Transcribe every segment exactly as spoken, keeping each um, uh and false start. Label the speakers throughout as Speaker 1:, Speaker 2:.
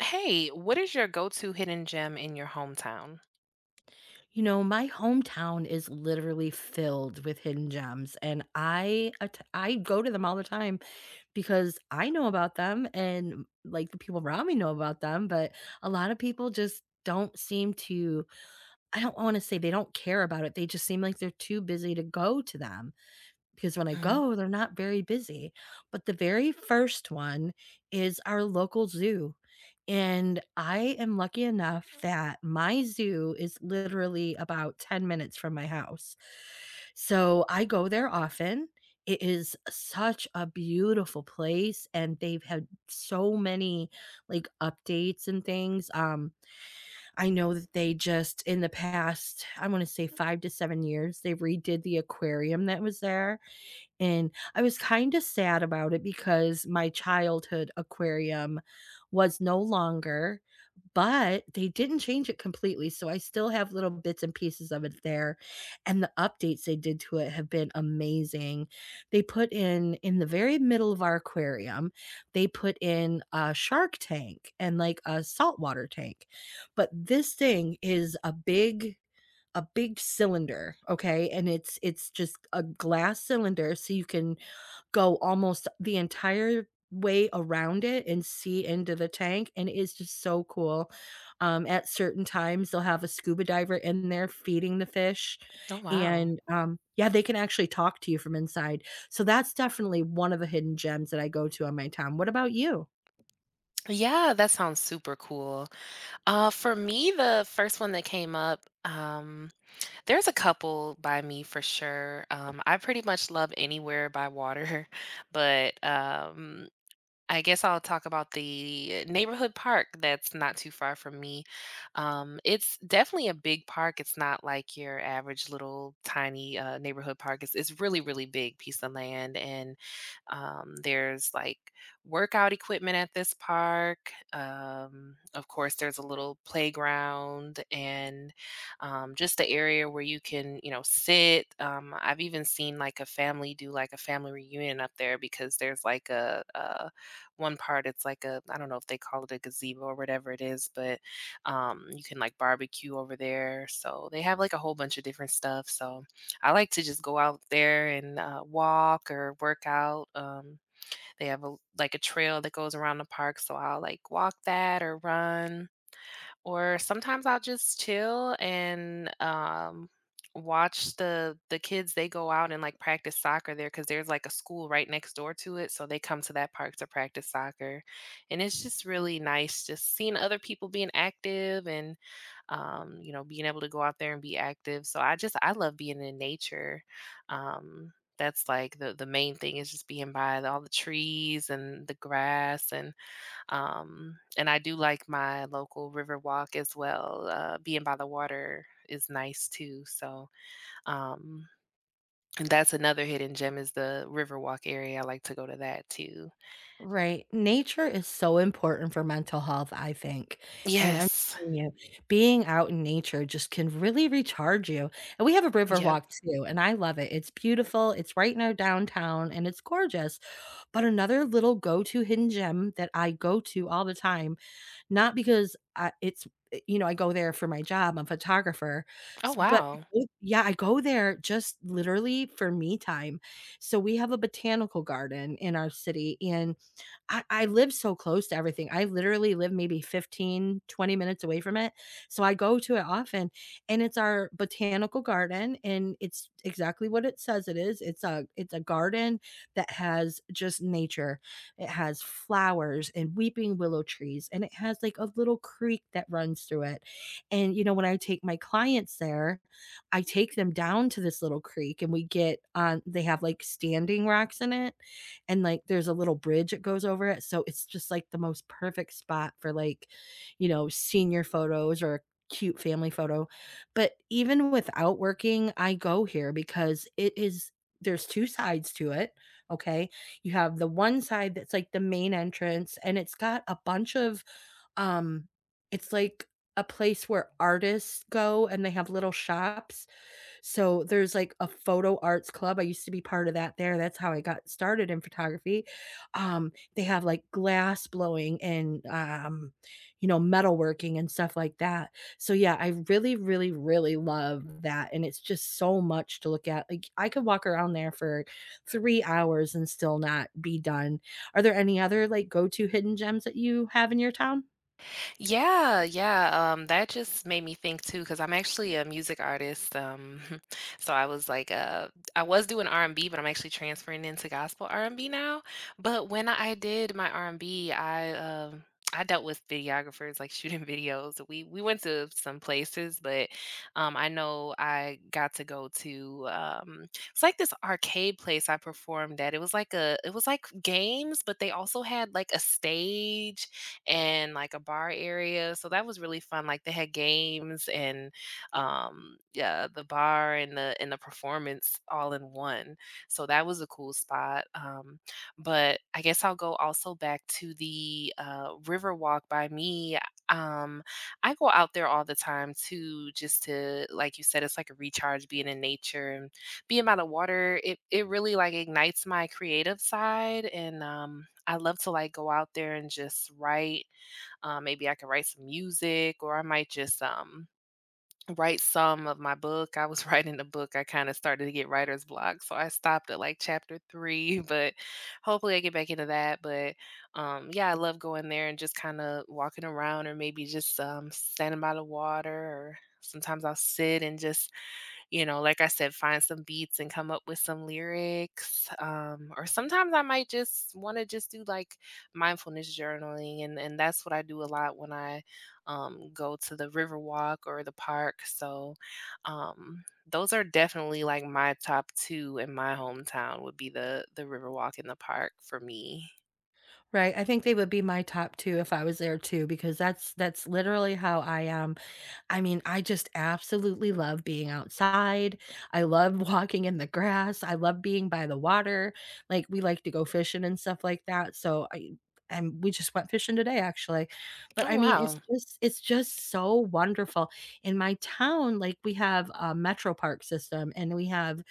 Speaker 1: Hey, what is your go-to hidden gem in your hometown?
Speaker 2: You know, my hometown is literally filled with hidden gems, and I att I go to them all the time because I know about them and, like, the people around me know about them, but a lot of people just don't seem to. I don't wanna say they don't care about it, they just seem like they're too busy to go to them because when I
Speaker 1: Mhm.
Speaker 2: go, they're not very busy. But the very first one is our local zoo. And I am lucky enough that my zoo is literally about ten minutes from my house. So I go there often. It is such a beautiful place, and they've had so many like updates and things. Um, I know that they just in the past, I want to say five to seven years, they redid the aquarium that was there, and I was kinda sad about it because my childhood aquarium was no longer, but they didn't change it completely, so I still have little bits and pieces of it there, and the updates they did to it have been amazing. They put in in the very middle of our aquarium, they put in a shark tank and, like, a saltwater tank, but this thing is a big a big cylinder, okay? And it's it's just a glass cylinder so you can go almost the entire way around it and see into the tank and it is just so cool. Um, at certain times, they'll have a scuba diver in there feeding the fish
Speaker 1: Oh, wow.
Speaker 2: and, um yeah, they can actually talk to you from inside. So that's definitely one of the hidden gems that I go to on my time. What about you?
Speaker 1: Yeah, that sounds super cool. Uh, for me, the first one that came up, um, there's a couple by me for sure. Um, I pretty much love anywhere by water, but um, I guess I'll talk about the neighborhood park that's not too far from me. Um, it's definitely a big park. It's not like your average little tiny uh, neighborhood park. It's, it's really, really big piece of land. And um, There's like workout equipment at this park. Um, of course, there's a little playground and um, just the area where you can, you know, sit. Um, I've even seen like a family do like a family reunion up there because there's like a, a one part, it's like a, I don't know if they call it a gazebo or whatever it is, but um you can like barbecue over there. So they have like a whole bunch of different stuff. So I like to just go out there and uh, walk or work out. Um they have a like a trail that goes around the park, so I'll like walk that or run, or sometimes I'll just chill and, um, watch the the kids. They go out and, like, practice soccer there because there's, like, a school right next door to it, so they come to that park to practice soccer, and it's just really nice just seeing other people being active and, um, you know, being able to go out there and be active, so I just I love being in nature. Um, that's, like, the the main thing is just being by the all the trees and the grass and um, and I do like my local river walk as well. Uh, being by the water is nice too. So, um, and that's another hidden gem is the river walk area. I like to go to that too.
Speaker 2: Right. Nature is so important for mental health, I think. And I'm
Speaker 1: Yes.
Speaker 2: telling you, being out in nature just can really recharge you. And we have a river
Speaker 1: Yep.
Speaker 2: walk too, and I love it. It's beautiful. It's right in our downtown and it's gorgeous. But another little go-to hidden gem that I go to all the time, not because I, it's eh, you know, I go there for my job. I'm a photographer.
Speaker 1: Oh,
Speaker 2: S- But I
Speaker 1: wow.
Speaker 2: go- yeah, I go there just literally for me time. So we have a botanical garden in our city, and I, I live so close to everything. I literally live maybe fifteen, twenty minutes away from it. So I go to it often. And it's our botanical garden. And it's exactly what it says it is. It's a it's a garden that has just nature. It has flowers and weeping willow trees. And it has like a little creek that runs through it. And you know, when I take my clients there, I take them down to this little creek and we get on. They have like standing rocks in it, and like there's a little bridge that goes over it, so it's just like the most perfect spot for, like, you know, senior photos or a cute family photo, but even without working I go here because it is, there's two sides to it, okay? You have the one side that's like the main entrance and it's got a bunch of, um it's like a place where artists go and they have little shops. So there's like a photo arts club. I used to be part of that there. That's how I got started in photography. Um, they have like glass blowing and, um, you know, metalworking and stuff like that. So yeah, I really, really, really love that. And it's just so much to look at. Like I could walk around there for three hours and still not be done. Are there any other like go-to hidden gems that you have in your town?
Speaker 1: Yeah, yeah. Um, that just made me think too, because I'm actually a music artist. Um, so I was like, uh, I was doing R and B, but I'm actually transferring into gospel R and B now. But when I did my R and B, I um, I dealt with videographers, like shooting videos. We we went to some places, but um, I know I got to go to um, it's like this arcade place I performed at. It was like a, it was like games, but they also had like a stage and like a bar area. So that was really fun. Like they had games and um yeah, the bar and the and the performance all in one. So that was a cool spot. Um but I guess I'll go also back to the uh river walk by me. Um I go out there all the time too. Just to, like you said, it's like a recharge being in nature, being amount of water, it it really, like, ignites my creative side, and, um, I love to, like, go out there and just write. Um, maybe I could write some music, or I might just, um, write some of my book. I was writing a book, I kinda started to get writer's block, so I stopped at, like, chapter three, but hopefully I get back into that, but, um, yeah, I love going there and just kinda walking around, or maybe just, um, standing by the water, or sometimes I'll sit and just, you know, like I said, find some beats and come up with some lyrics. Um, or sometimes I might just want to just do like mindfulness journaling, and and that's what I do a lot when I um, go to the river walk or the park. So um, those are definitely like my top two in my hometown would be the the river walk in the park for me.
Speaker 2: Right. I think they would be my top two if I was there too, because that's that's literally how I am. I mean, I just absolutely love being outside. I love walking in the grass. I love being by the water. Like, we like to go fishing and stuff like that. So I, and we just went fishing today actually. But
Speaker 1: Oh,
Speaker 2: I mean, it's
Speaker 1: wow!
Speaker 2: just it's just so wonderful. In my town, like we have a metro park system, and we have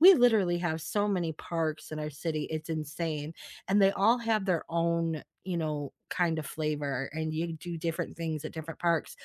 Speaker 2: we literally have so many parks in our city. It's insane. And they all have their own, you know, kind of flavor, and you do different things at different parks.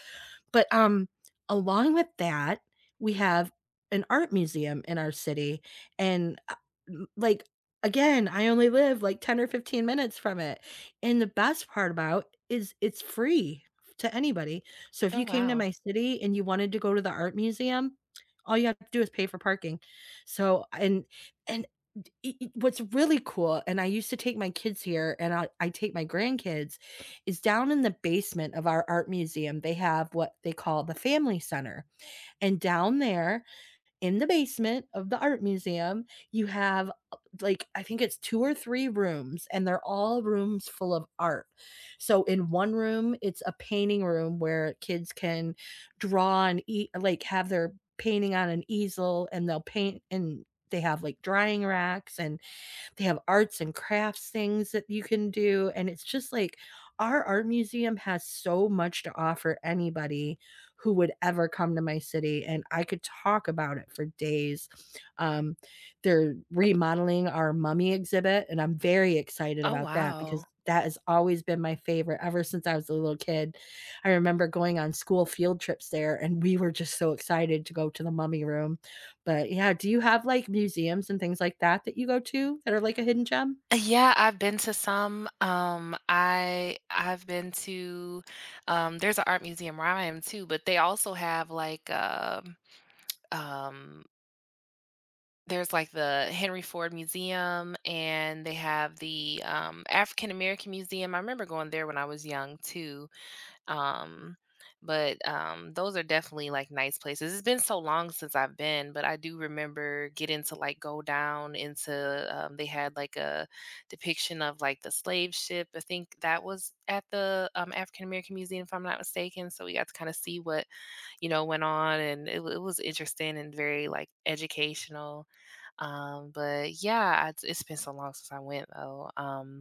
Speaker 2: But um along with that, we have an art museum in our city and, uh, m- like again, I only live like ten or fifteen minutes from it. And the best part about is it's free to anybody. So if
Speaker 1: Oh,
Speaker 2: you came to
Speaker 1: wow!
Speaker 2: my city and you wanted to go to the art museum, all you have to do is pay for parking. So, and and d I I what's really cool, and I used to take my kids here, and I I take my grandkids, is down in the basement of our art museum, they have what they call the family center, and down there, in the basement of the art museum, you have, uh, like, I think it's two or three rooms, and they're all rooms full of art. So in one room, it's a painting room where kids can draw and eat, like have their painting on an easel, and they'll paint, and they have like drying racks, and they have arts and crafts things that you can do, and it's just like our art museum has so much to offer anybody who would ever come to my city, and I could talk about it for days. Um, they're remodeling our mummy exhibit, and I'm very excited
Speaker 1: Oh,
Speaker 2: about that because
Speaker 1: wow!
Speaker 2: that has always been my favorite ever since I was a little kid. I remember going on school field trips there, and we were just so excited to go to the mummy room. But yeah, do you have, like, museums and things like that that you go to that are like a hidden gem?
Speaker 1: Uh, Yeah, I've been to some. Um, I I've been to um there's an art museum where I am too, but they also have like um um there's like the Henry Ford Museum and they have the um African American Museum. I remember going there when I was young too. Um, but um, those are definitely like nice places. It's been so long since I've been, but I do remember getting to like go down into. Um, they had like a depiction of like the slave ship. I think that was at the um, African American Museum, if I'm not mistaken. So we got to kind of see what, you know, went on, and it, wa- it was interesting and very like educational. Um, but yeah, I, it's been so long since I went though. Um,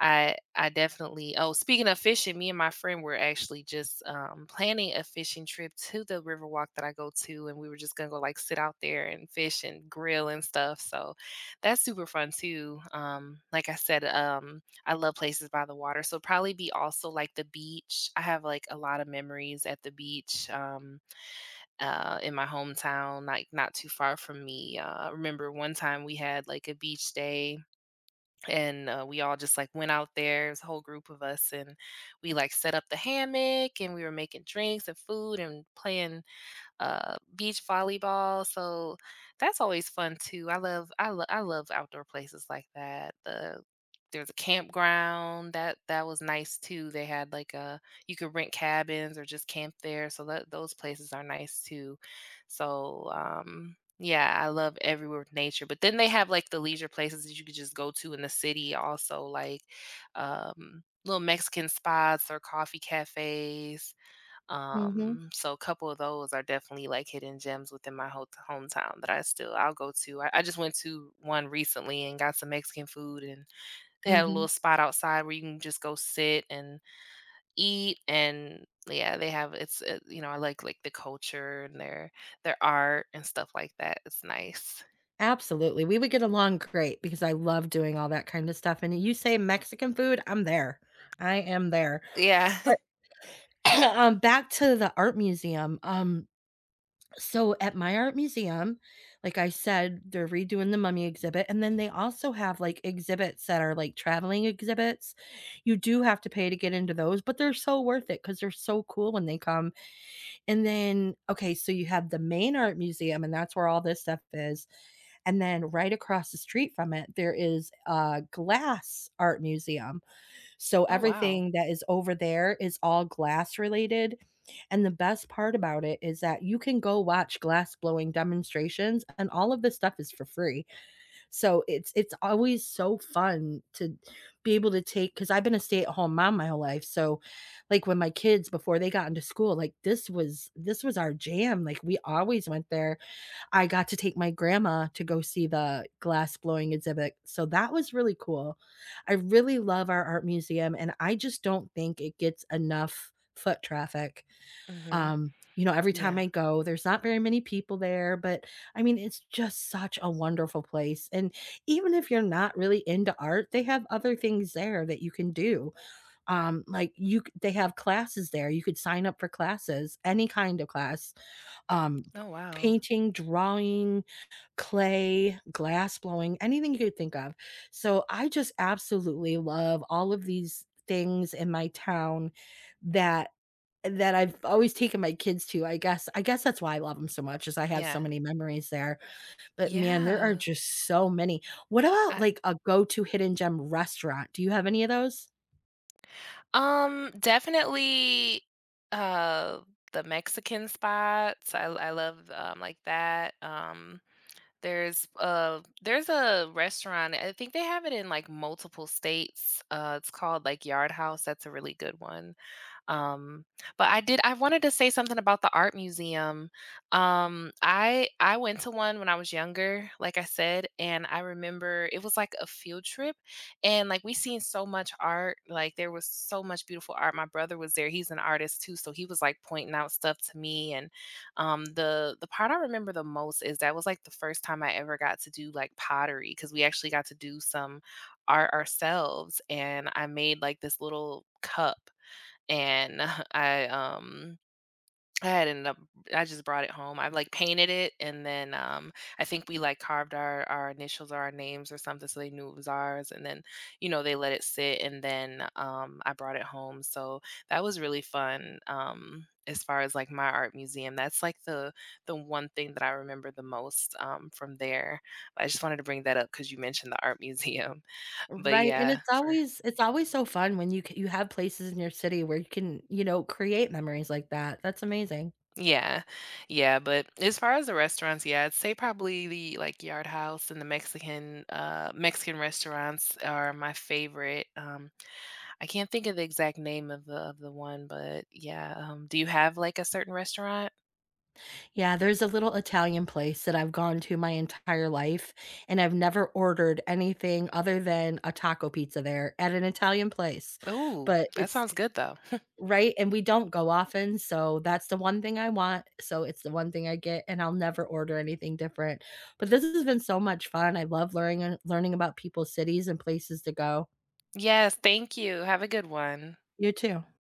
Speaker 1: I I definitely oh, speaking of fishing, me and my friend were actually just, um, planning a fishing trip to the river walk that I go to, and we were just gonna go, like, sit out there and fish and grill and stuff, so that's super fun too. Um, like I said, um, I love places by the water, so probably be also, like, the beach. I have, like, a lot of memories at the beach, um, uh, in my hometown, like, not too far from me. Uh, I remember one time we had, like, a beach day, and uh, we all just like went out there. It was a whole group of us, and we like set up the hammock, and we were making drinks and food and playing uh, beach volleyball. So that's always fun too. I love I love I love outdoor places like that. The there's a campground that that was nice too. They had like a, you could rent cabins or just camp there. So that those places are nice too. So um yeah, I love everywhere with nature. But then they have like the leisure places that you could just go to in the city also, like um little Mexican spots or coffee cafes,
Speaker 2: Mhm.
Speaker 1: um, so a couple of those are definitely like hidden gems within my whole hometown that I still I'll go to. I, I just went to one recently and got some Mexican food, and they had a little
Speaker 2: Mhm.
Speaker 1: spot outside where you can just go sit and eat. And yeah, they have, it's uh, you know, I like like the culture and their their art and stuff like that. It's nice.
Speaker 2: Absolutely, we would get along great because I love doing all that kind of stuff, and you say Mexican food, I'm there. I am there.
Speaker 1: Yeah.
Speaker 2: But, um, back to the art museum, um, so at my art museum, like I said, they're redoing the mummy exhibit, and then they also have, like, exhibits that are, like, traveling exhibits. You do have to pay to get into those, but they're so worth it because 'cause they're so cool when they come. And then, okay, so you have the main art museum, and that's where all this stuff is. And then right across the street from it, there is a glass art museum. So
Speaker 1: Oh, wow.
Speaker 2: everything that is over there is all glass related. And the best part about it is that you can go watch glass blowing demonstrations, and all of this stuff is for free. So it's it's always so fun to be able to take because I've been a stay-at-home mom my whole life. So, like when my kids before they got into school, like this was this was our jam. Like we always went there. I got to take my grandma to go see the glass blowing exhibit. So that was really cool. I really love our art museum, and I just don't think it gets enough foot traffic.
Speaker 1: Hmm.
Speaker 2: Um, you know, every time
Speaker 1: Yeah.
Speaker 2: I go, there's not very many people there, but I mean, it's just such a wonderful place. And even if you're not really into art, they have other things there that you can do. Um, like you, c- they have classes there. You could sign up for classes, any kind of class, um,
Speaker 1: Oh, wow.
Speaker 2: painting, drawing, clay, glass blowing, anything you could think of. So I just absolutely love all of these things in my town that that I've always taken my kids to. I guess I guess that's why I love them so much is I have so
Speaker 1: Yeah.
Speaker 2: many memories there, but man, there are
Speaker 1: Yeah.
Speaker 2: just so many. What about,
Speaker 1: I,
Speaker 2: like, a go-to hidden gem restaurant? Do you have any of those?
Speaker 1: Um, definitely uh the Mexican spots. I I love um like that. Um there's uh there's a restaurant. I think they have it in like multiple states. Uh, it's called like Yard House. That's a really good one. Um, but I did I wanted to say something about the art museum. Um, I I went to one when I was younger, like I said, and I remember it was like a field trip, and like we seen so much art. Like there was so much beautiful art. My brother was there. He's an artist too, so he was like pointing out stuff to me, and um the the part I remember the most is that was like the first time I ever got to do like pottery because we actually got to do some art ourselves, and I made like this little cup, and I um I had ended up I just brought it home. I like painted it, and then um I think we like carved our our initials or our names or something so they knew it was ours, and then, you know, they let it sit, and then um I brought it home. So that was really fun. Um as far as like my art museum, that's like the the one thing that I remember the most, um, from there. I just wanted to bring that up because you mentioned the art museum. but
Speaker 2: Right, and
Speaker 1: yeah
Speaker 2: it's
Speaker 1: for
Speaker 2: always it's always so fun when you c you have places in your city where you can, you know, create memories like that. That's amazing.
Speaker 1: Yeah. Yeah, but as far as the restaurants, yeah, I'd say probably the like Yard House and the Mexican uh Mexican restaurants are my favorite. Um I can't think of the exact name of the of the one, but yeah, um, do you have like a certain restaurant?
Speaker 2: Yeah, there's a little Italian place that I've gone to my entire life, and I've never ordered anything other than a taco pizza there at an Italian place,
Speaker 1: Ooh,
Speaker 2: but
Speaker 1: that
Speaker 2: it's,
Speaker 1: sounds good though.
Speaker 2: right, and we don't go often, so that's the one thing I want, so it's the one thing I get, and I'll never order anything different, but this has been so much fun, I love learning learning about people's cities and places to go.
Speaker 1: Yes, thank you. Have a good one.
Speaker 2: You too.